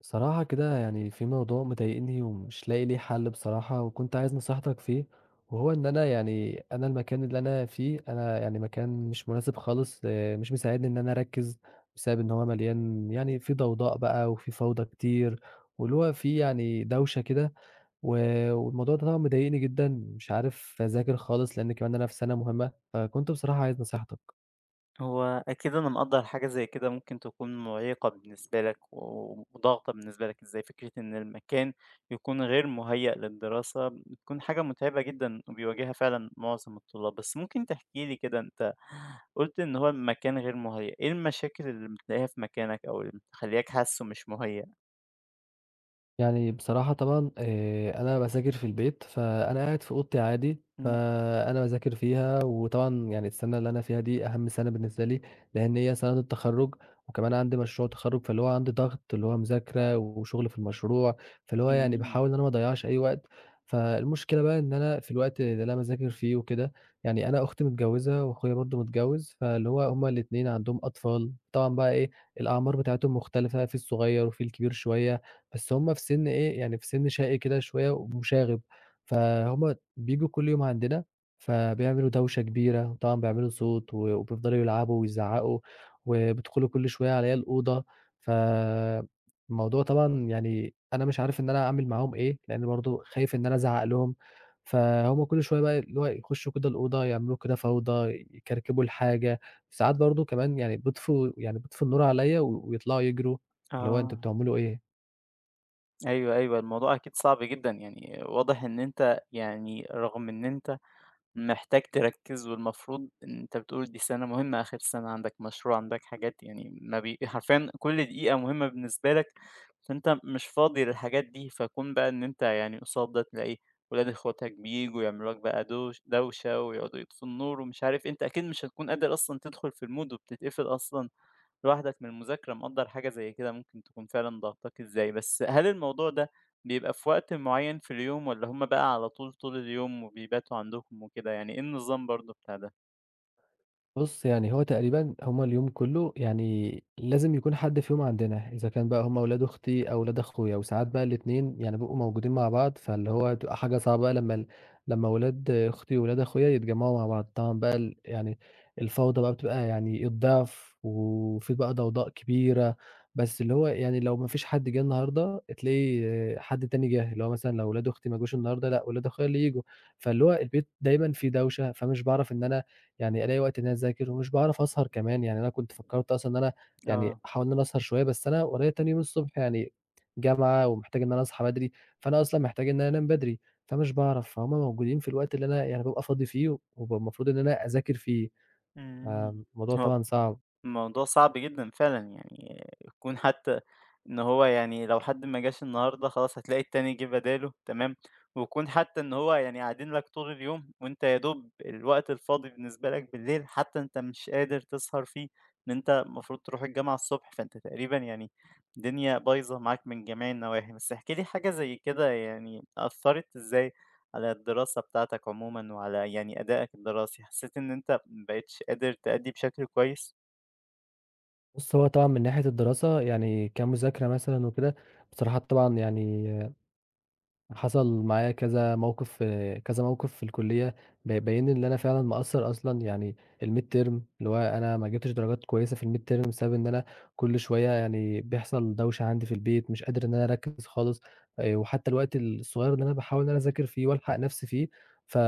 بصراحة كده يعني في موضوع مضايقني ومش لاقي ليه حل بصراحة، وكنت عايز نصيحتك فيه. وهو إن أنا يعني أنا المكان اللي أنا فيه، أنا يعني مكان مش مناسب خالص، آه، مش مساعدني إن أنا أركز بسبب إن هو مليان يعني في ضوضاء بقى وفي فوضى كتير، واللي هو فيه يعني دوشة كده. والموضوع ده طبعا مضايقني جدا، مش عارف أذاكر خالص، لأن كمان أنا في سنة مهمة، فكنت بصراحة عايز نصيحتك. هو أكيد أنا مقدّر حاجة زي كده ممكن تكون مُعيقة بالنسبة لك و وضاغطة بالنسبة لك إزاي، فكرة إن المكان يكون غير مُهيأ للدراسة بتكون حاجة مُتعبة جدًا وبيواجهها فعلًا معظم الطلاب، بس ممكن تحكي لي كده أنت قُلت إن هو المكان غير مُهيأ، إيه المشاكل اللي بتلاقيها في مكانك أو اللي مخلّياك حاسّه مش مُهيأ؟ يعني بصراحة طبعًا، أنا باذاكر في البيت، فأنا قاعد في أوضتي عادي، إمم. فأنا باذاكر فيها. وطبعًا يعني السَنة اللي أنا فيها دي أهم سَنة بالنسبة لي، لإن هي سَنة التخرُّج، وكمان عندي مشروع تخرُّج، فاللي هو عندي ضغط اللي هو مذاكرة وشغل في المشروع، فاللي هو يعني إمم. باحاول إن أنا ما أضيّعش أي وقت. فالمشكلة بقى إن أنا في الوقت اللي أنا باذاكر فيه وكده، يعني أنا أختي متجوّزة وأخويا برضه متجوّز، فاللي هو هم الاتنين عندهم أطفال، طبعًا بقى إيه، الأعمار بتاعتهم مختلفة، في الصغيّر وفي الكبير شوية. بس هُم في سِن إيه، يعني في سِن شقي كده شوية ومشاغب، فهُم بييجوا كل يوم عندنا، فبيعملوا دوشة كبيرة، وطبعًا بيعملوا صوت وبيفضلوا يلعبوا ويزعّقوا وبيدخلوا كل شوية عليَّ الأوضة. فالموضوع طبعًا، يعني أنا مش عارف إن أنا أعمل معاهم إيه، لإن برضه خايف إن أنا أزعّق لهم، فهُم كل شوية بقى اللي هو يخشوا كده الأوضة، يعملوا كده فوضى، يكركبوا الحاجة، ساعات برضه كمان يعني بيطفوا النور عليَّ ويطلعوا يجروا، اللي هو أنتم آه. بتعملوا إيه. أيوه، أيوه، الموضوع أكيد صعب جدًا، يعني واضح إن أنت يعني رغم إن أنت محتاج تركّز والمفروض إن أنت بتقول دي سَنة مهمة، آخر سَنة عندك مشروع، عندك حاجات يعني ما بي حرفيًا كل دقيقة مهمة بالنسبة لك، فأنت مش فاضي للحاجات دي، فكون بقى إن أنت يعني قصاد ده تلاقي ولاد إخواتك بييجوا يعملوا لك بقى دوشة ويقعدوا يطفوا النور ومش عارف إيه، أنت أكيد مش هتكون قادر أصلًا تدخل في الmood وبتتقفل أصلًا لوحدك من المذاكرة مقدّر حاجة زي كده ممكن تكون فعلًا ضاغطاك إزاي، بس هل الموضوع ده بيبقى في وقت معيّن في اليوم والّا هم بقى على طول طول اليوم وبيباتوا عندكم وكده، يعني إيه النظام برضه بتاع ده؟ بُص، يعني هو تقريبًا هم اليوم كُلّه يعني لازم يكون حد فيهم عندنا، إذا كان بقى هم ولاد أختي أو ولاد أخويا، وساعات بقى الاتنين يعني بيبقوا موجودين مع بعض، فاللي هو تبقى حاجة صعبة بقى لمّا ولاد أختي وولاد أخويا يتجمّعوا مع بعض. طبعًا بقى ال يعني الفوضى بقى بتبقى يعني الضعف، وفي بقى ضوضاء كبيرة، بس اللي هو يعني لو ما فيش حد جه النهارده، تلاقي آه، حد تاني جه، اللي هو مثلًا لو ولاد أختي ما جوش النهارده، لأ ولاد أخويا اللي ييجوا، فاللي هو البيت دايمًا فيه دوشة. فمش باعرف إن أنا يعني ألاقي وقت إن أنا أذاكر، ومش باعرف أسهر كمان. يعني أنا كنت فكّرت أصلًا إن أنا يعني آه. أحاول إن أنا أسهر شوية، بس أنا ورايا تاني يوم الصبح يعني جامعة، ومحتاج إن أنا أصحى بدري، فأنا أصلًا محتاج إن أنا أنام بدري. فمش باعرف، فهُم موجودين في الوقت اللي أنا يعني بابقى فاضي فيه وبابقى المفروض إن أنا أذاكر فيه. إمم. فالموضوع هو طبعًا صعب. الموضوع صعب جدًا فعلًا، يعني يكون حتى إن هو يعني لو حد ما جاش النهارده خلاص هتلاقي التاني جِه بداله تمام، ويكون حتى إن هو يعني قاعدين لك طول اليوم وأنت يا دوب الوقت الفاضي بالنسبة لك بالليل حتى أنت مش قادر تسهر فيه، إن أنت المفروض تروح الجامعة الصبح، فأنت تقريبًا يعني الدنيا بايظة معاك من جميع النواحي. بس احكِ لي حاجة زي كده يعني أثّرت إزاي على الدراسة بتاعتك عمومًا وعلى يعني أدائك الدراسي؟ حسيت إن أنت ما بقيتش قادر تأدّي بشكل كويس؟ بُص، هو طبعًا من ناحية الدراسة يعني كمذاكرة مثلًا وكده، بصراحة طبعًا يعني حصل معايا كذا موقف، في كذا موقف في الكلية بيبين لي إن أنا فعلًا مقصّر أصلًا، يعني الmid term، اللي هو أنا ما جِبتش درجات كويسة في الmid term بسبب إن أنا كل شوية يعني بيحصل دوشة عندي في البيت، مش قادر إن أنا أركّز خالص. وحتى الوقت الصغير اللي أنا باحاول إن أنا أذاكر فيه وألحق نَفْسي فيه، ف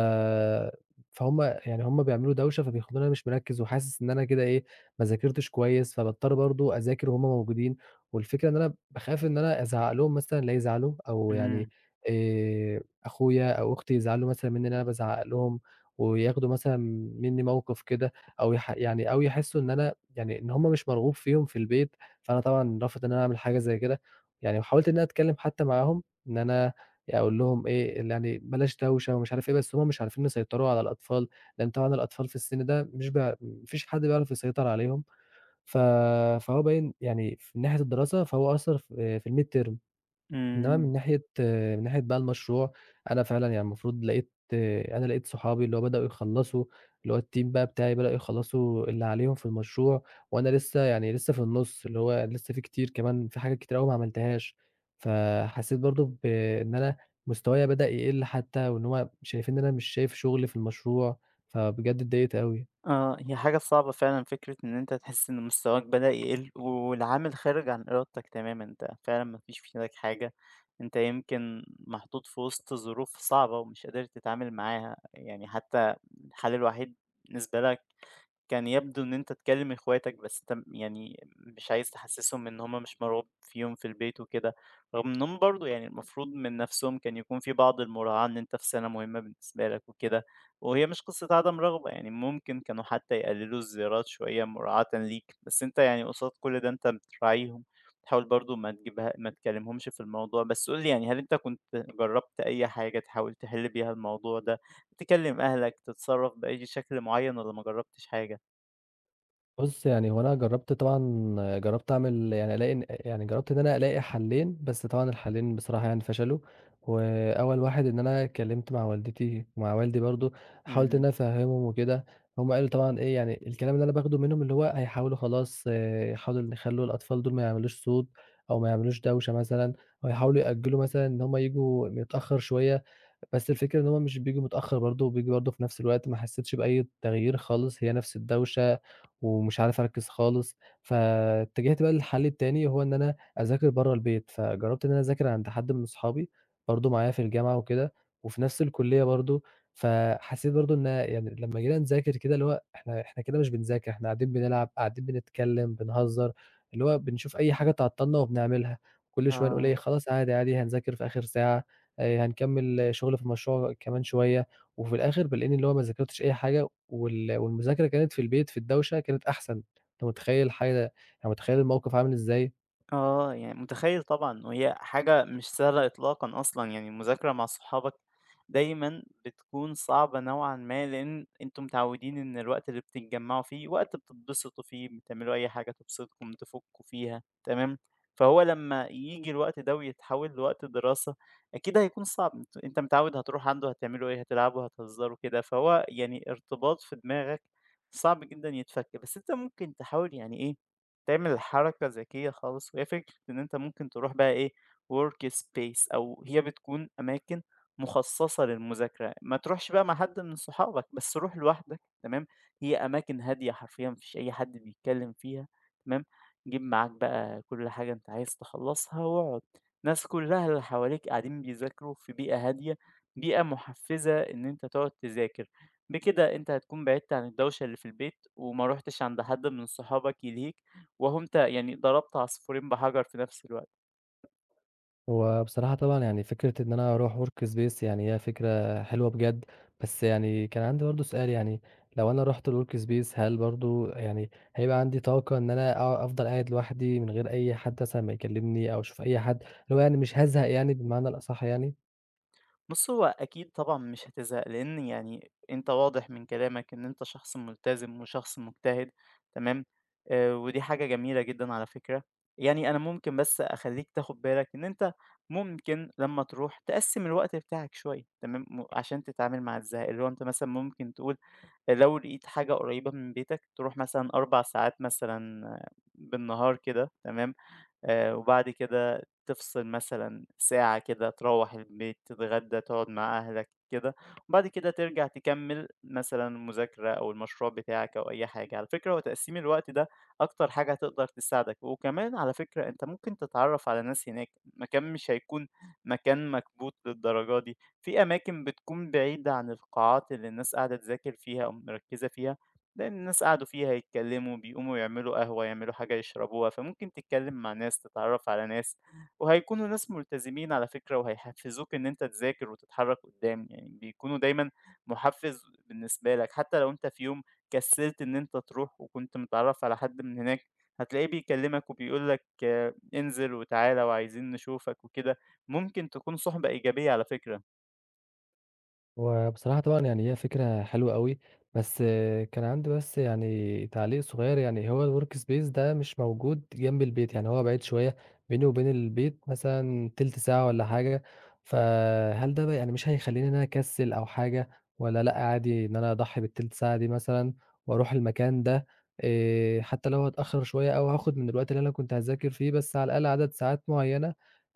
فهُم يعني هُم بيعملوا دوشة، فبيخلّوني أنا مش مركّز، وحاسس إن أنا كده إيه، ما ذاكرتش كويس، فباضطر برضه أذاكر وهُم موجودين. والفكرة إن أنا باخاف إن أنا أزعّق لهم مثلًا لا يزعلوا، أو يعني إمم. أخويا أو أختي يزعلوا مثلًا منّي إن أنا بازعّق لهم، وياخدوا مثلًا منّي موقِف كده، أو يحسّوا إن أنا يعني إن هُم مش مرغوب فيهم في البيت، فأنا طبعًا رافض إن أنا أعمل حاجة زي كده. يعني وحاولت إن أنا أتكلّم حتّى معاهم، إن أنا أقول لهم إيه، اللي يعني بلاش دوشة ومش عارف إيه، بس هُم مش عارفين يسيطروا على الأطفال، لإن طبعًا الأطفال في السِن ده مش بي ما فيش حد بيعرف يسيطر عليهم. ف فهو باين يعني في من ناحية الدراسة، فهو أثّر في الmid term. إنما إمم. من ناحية بقى المشروع، أنا فعلًا يعني المفروض لقيت، أنا لقيت صحابي اللي هو بدأوا يخلّصوا، اللي هو الteam بقى بتاعي بدأوا يخلّصوا اللي عليهم في المشروع، وأنا لسه يعني لسه في النُص، اللي هو لسه في كتير كمان، في حاجات كتير أوي ما عملتهاش. فحسيت برضه بإن أنا مستوايا بدأ يقل حتى، وإن هو شايفين إن أنا مش شايف شغل في المشروع، فبجد اتضايقت أوي. آه، هي حاجة صعبة فعلًا فكرة إن أنت تحس إن مستواك بدأ يقل، والعامل خارج عن إرادتك تمامًا، أنت فعلًا ما فيش في إيدك حاجة، أنت يمكن محطوط في وسط ظروف صعبة ومش قادر تتعامل معاها، يعني حتى الحل الوحيد بالنسبة لك كان يبدو إن أنت تكلّم إخواتك، بس أنت يعني مش عايز تحسّسهم إن هُم مش مرغوب فيهم في البيت وكده، رغم إنّهم برضه يعني المفروض من نَفْسهم كان يكون في بعض المراعاة إن أنت في سَنة مهمة بالنسبة لك وكده، وهي مش قصّة عدم رغبة، يعني ممكن كانوا حتى يقلّلوا الزيارات شوية مراعاةً ليك، بس أنت يعني قصاد كل ده أنت بتراعيهم، بتحاول برضه ما تجيبها ما تكلّمهمش في الموضوع، بس قُل لي يعني هل أنت كنت جرّبت أي حاجة تحاول تحِل بيها الموضوع ده، تكلّم أهلك، تتصرّف بأي شكل معيّن والّا ما جرّبتش حاجة؟ بُص، يعني هو أنا جرّبت طبعًا، جرّبت أعمل يعني ألاقي إن يعني جرّبت إن أنا ألاقي حَلّين، بس طبعًا الحَلّين بصراحة يعني فشلوا. وأول واحد إن أنا اتكلّمت مع والدتي ومع والدي برضه، حاولت إن إمم. أنا أفهّمهم وكده، هم قالوا طبعًا إيه، يعني الكلام اللي أنا باخده منهم اللي هو هيحاولوا خلاص آه، يحاولوا إن يخلّوا الأطفال دول ما يعملوش صوت أو ما يعملوش دوشة مثلًا، أو يحاولوا يأجّلوا مثلًا إن هم ييجوا متأخّر شوية. بس الفكرة إن هُم مش بييجوا متأخّر برضه، وبييجوا برضه في نفس الوقت، ما حسّيتش بأي تغيير خالص، هي نفس الدوشة، ومش عارف أركّز خالص. فاتجهت بقى للحل التاني، هو إن أنا أذاكر برّه البيت، فجرّبت إن أنا أذاكر عند حد من صحابي برضه معايا في الجامعة وكده، وفي نفس الكُلّية برضه. فحسّيت برضه إن يعني لمّا جينا نذاكر كده، اللي هو إحنا كده مش بنذاكر، إحنا قاعدين بنلعب، قاعدين بنتكلّم، بنهزّر، اللي هو بنشوف أي حاجة تعطّلنا وبنعملها، كل شوية نقول إيه، آه. خلاص عادي، عادي هنذاكر في آخر ساعة. هنكمّل شغل في المشروع كمان شوية، وفي الآخر بالاقيني اللي هو ما ذاكرتش أي حاجة، والمذاكرة كانت في البيت في الدوشة كانت أحسن. أنت متخيّل حاجة يعني متخيّل الموقف عامل إزاي؟ آه. يعني متخيّل طبعًا وهي حاجة مش سهلة إطلاقًا أصلًا، يعني المذاكرة مع صحابك دايمًا بتكون صعبة نوعًا ما، لإن أنتم متعوّدين إن الوقت اللي بتتجمّعوا فيه وقت بتتبسطوا فيه، بتعملوا أي حاجة تبسطكم، تفُكّوا فيها، تمام؟ فهو لمّا ييجي الوقت ده ويتحوّل لوقت دراسة، أكيد هيكون صعب، أنت متعوّد هتروح عنده هتعملوا إيه، هتلعبوا، هتهزروا كده، فهو يعني ارتباط في دماغك صعب جدًا يتفك. بس أنت ممكن تحاول يعني إيه تعمل حركة ذكية خالص وهي فكرة إن أنت ممكن تروح بقى إيه work space أو هي بتكون أماكن مخصصة للمذاكرة، ما تروحش بقى مع حد من صحابك، بس روح لوحدك، تمام. هي أماكن هادية، حرفيا مفيش أي حد بيتكلم فيها، تمام. جيب معاك بقى كل حاجة أنت عايز تخلصها واقعد. الناس كلها اللي حواليك قاعدين بيذاكروا في بيئة هادية، بيئة محفزة إن أنت تقعد تذاكر. بكده أنت هتكون بعدت عن الدوشة اللي في البيت وما روحتش عند حد من صحابك يلهيك، وأهو أنت يعني ضربت عصفورين بحجر في نفس الوقت. هو بصراحة طبعًا يعني فكرة إن أنا أروح workspace يعني هي فكرة حلوة بجد، بس يعني كان عندي برضه سؤال يعني، لو أنا رُحت الworkspace، هل برضه يعني هيبقى عندي طاقة إن أنا أفضل قاعد لوحدي من غير أي حد مثلًا ما يكلّمني أو أشوف أي حد، اللي هو يعني مش هازهق يعني بالمعنى الأصح يعني؟ بُص، هو أكيد طبعًا مش هتزهق، لإن يعني أنت واضح من كلامك إن أنت شخص ملتزم وشخص مجتهد، تمام. ودي حاجة جميلة جدًا على فكرة. يعني أنا ممكن بس أخلّيك تاخد بالك إن أنت ممكن لمّا تروح تقسّم الوقت بتاعك شوية، تمام، عشان تتعامل مع الزهق، اللي هو أنت مثلًا ممكن تقول لو لقيت حاجة قريبة من بيتك تروح مثلًا 4 ساعات مثلًا آه، بالنهار كده، تمام، وبعد كده تفصل مثلًا ساعة كده، تروّح البيت، تتغدى، تقعد مع أهلك كده، وبعد كده ترجع تكمّل مثلًا مذاكرة أو المشروع بتاعك أو أي حاجة. على فكرة هو تقسيم الوقت ده أكتر حاجة هتقدر تساعدك، وكمان على فكرة أنت ممكن تتعرّف على ناس هناك، المكان مش هيكون مكان مكبوت للدرجة دي، في أماكن بتكون بعيدة عن القاعات اللي الناس قاعدة تذاكر فيها أو مركّزة فيها. لأن الناس قعدوا فيها يتكلموا، بيقوموا يعملوا قهوة، يعملوا حاجة يشربوها، فممكن تتكلم مع ناس، تتعرّف على ناس، وهيكونوا ناس ملتزمين على فكرة وهيحفّزوك إن أنت تذاكر وتتحرّك قدّام، يعني بيكونوا دايمًا مُحفّز بالنسبة لك، حتى لو أنت في يوم كسّلت إن أنت تروح وكنت متعرّف على حد من هناك، هتلاقيه بيكلمك وبيقول لك انزل وتعالَ وعايزين نشوفك وكده، ممكن تكون صُحبة إيجابية على فكرة. وبصراحة طبعًا يعني هي فكرة حلوة أوي، بس آه، كان عندي بس يعني تعليق صغير، يعني هو الwork space ده مش موجود جنب البيت، يعني هو بعيد شوية، بيني وبين البيت مثلًا تِلت ساعة والّا حاجة. فهل ده بقى يعني مش هيخلّيني إن أنا أكسّل أو حاجة، والّا لأ عادي إن أنا أضحي بالتِلت ساعة دي مثلًا وأروح المكان ده، حتى لو هاتأخّر شوية أو هاخد من الوقت اللي أنا كنت هاذاكر فيه، بس على الأقل عدد ساعات معيّنة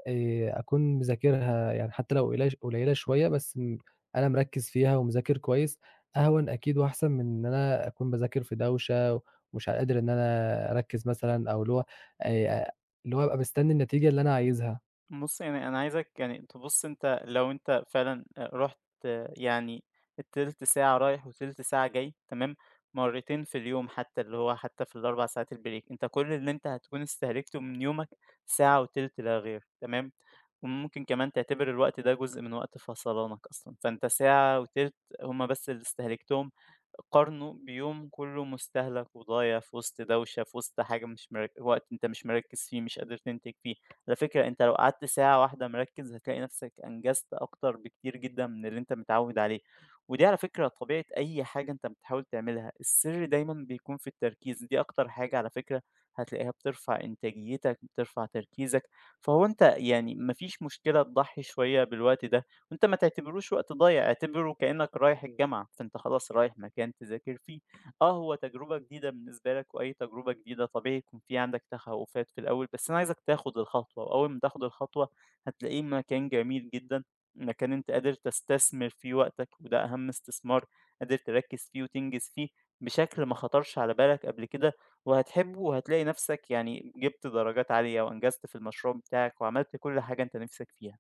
أكون مذاكرها، يعني حتى لو قليلة شوية بس أنا مركّز فيها ومذاكر كويس، أهون أكيد وأحسن من إن أنا أكون باذاكر في دوشة ومش قادر إن أنا أركّز مثلًا، أو آآ اللي هو أبقى مستني النتيجة اللي أنا عايزها. بُص، يعني أنا عايزك يعني تبُص أنت لو أنت فعلًا رُحت يعني التِلت ساعة رايح وتِلت ساعة جاي تمام، مرّتين في اليوم حتى، اللي هو حتى في ال4 ساعات الbreak أنت كل اللي أنت هتكون استهلكته من يومك ساعة وتِلت لا غير تمام، وممكن كمان تعتبر الوقت ده جزء من وقت فصلانك أصلًا، فأنت ساعة وتِلت هم بس اللي استهلكتهم، قارنه بيوم كله مستهلك وضايع في وسط دوشة، في وسط حاجة مش مرك وقت أنت مش مركّز فيه، مش قادر تنتج فيه. على فكرة أنت لو قعدت ساعة واحدة مركّز هتلاقي نفسك أنجزت أكتر بكتير جدًا من اللي أنت متعوّد عليه، ودي على فكرة طبيعة أي حاجة أنت بتحاول تعملها، السر دايمًا بيكون في التركيز، دي أكتر حاجة على فكرة هتلاقيها بترفع إنتاجيتك، بترفع تركيزك، فهو أنت يعني ما فيش مشكلة تضحّي شوية بالوقت ده، وأنت ما تعتبروش وقت ضايع، اعتبره كإنّك رايح الجامعة، فأنت خلاص رايح مكان تذاكر فيه. آه، هو تجربة جديدة بالنسبة لك، وأي تجربة جديدة طبيعي يكون في عندك تخوّفات في الأول، بس أنا عايزك تاخد الخطوة، وأول ما تاخد الخطوة هتلاقيه مكان جميل جدًا، مكان أنت قادر تستثمر فيه وقتك، وده أهم استثمار قادر تركّز فيه وتنجز فيه بشكل ما خطرش على بالك قبل كده، وهتحبه وهتلاقي نفسك يعني جِبت درجات عالية وأنجزت في المشروع بتاعك، وعملت كل حاجة أنت نِفْسك فيها.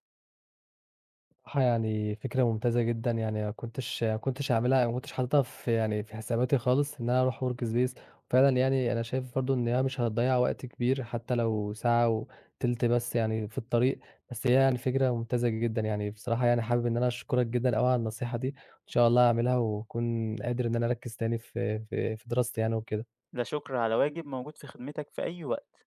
بصراحة يعني فكرة ممتازة جدًا، يعني ما كنتش هاعملها أو ما كنتش حاططها في يعني في حساباتي خالص، إن أنا أروح workspace، وفعلًا يعني أنا شايف برضه إن هي مش هتضيّع وقت كبير، حتى لو ساعة وتِلت بس يعني في الطريق. بس هي يعني فكرة ممتازة جدًا يعني، بصراحة يعني حابب إن أنا أشكرك جدًا أوي على النصيحة دي، إن شاء الله هاعملها وأكون قادر إن أنا أركّز تاني في دراستي يعني وكده. لا شكر على واجب، موجود في خدمتك في أي وقت.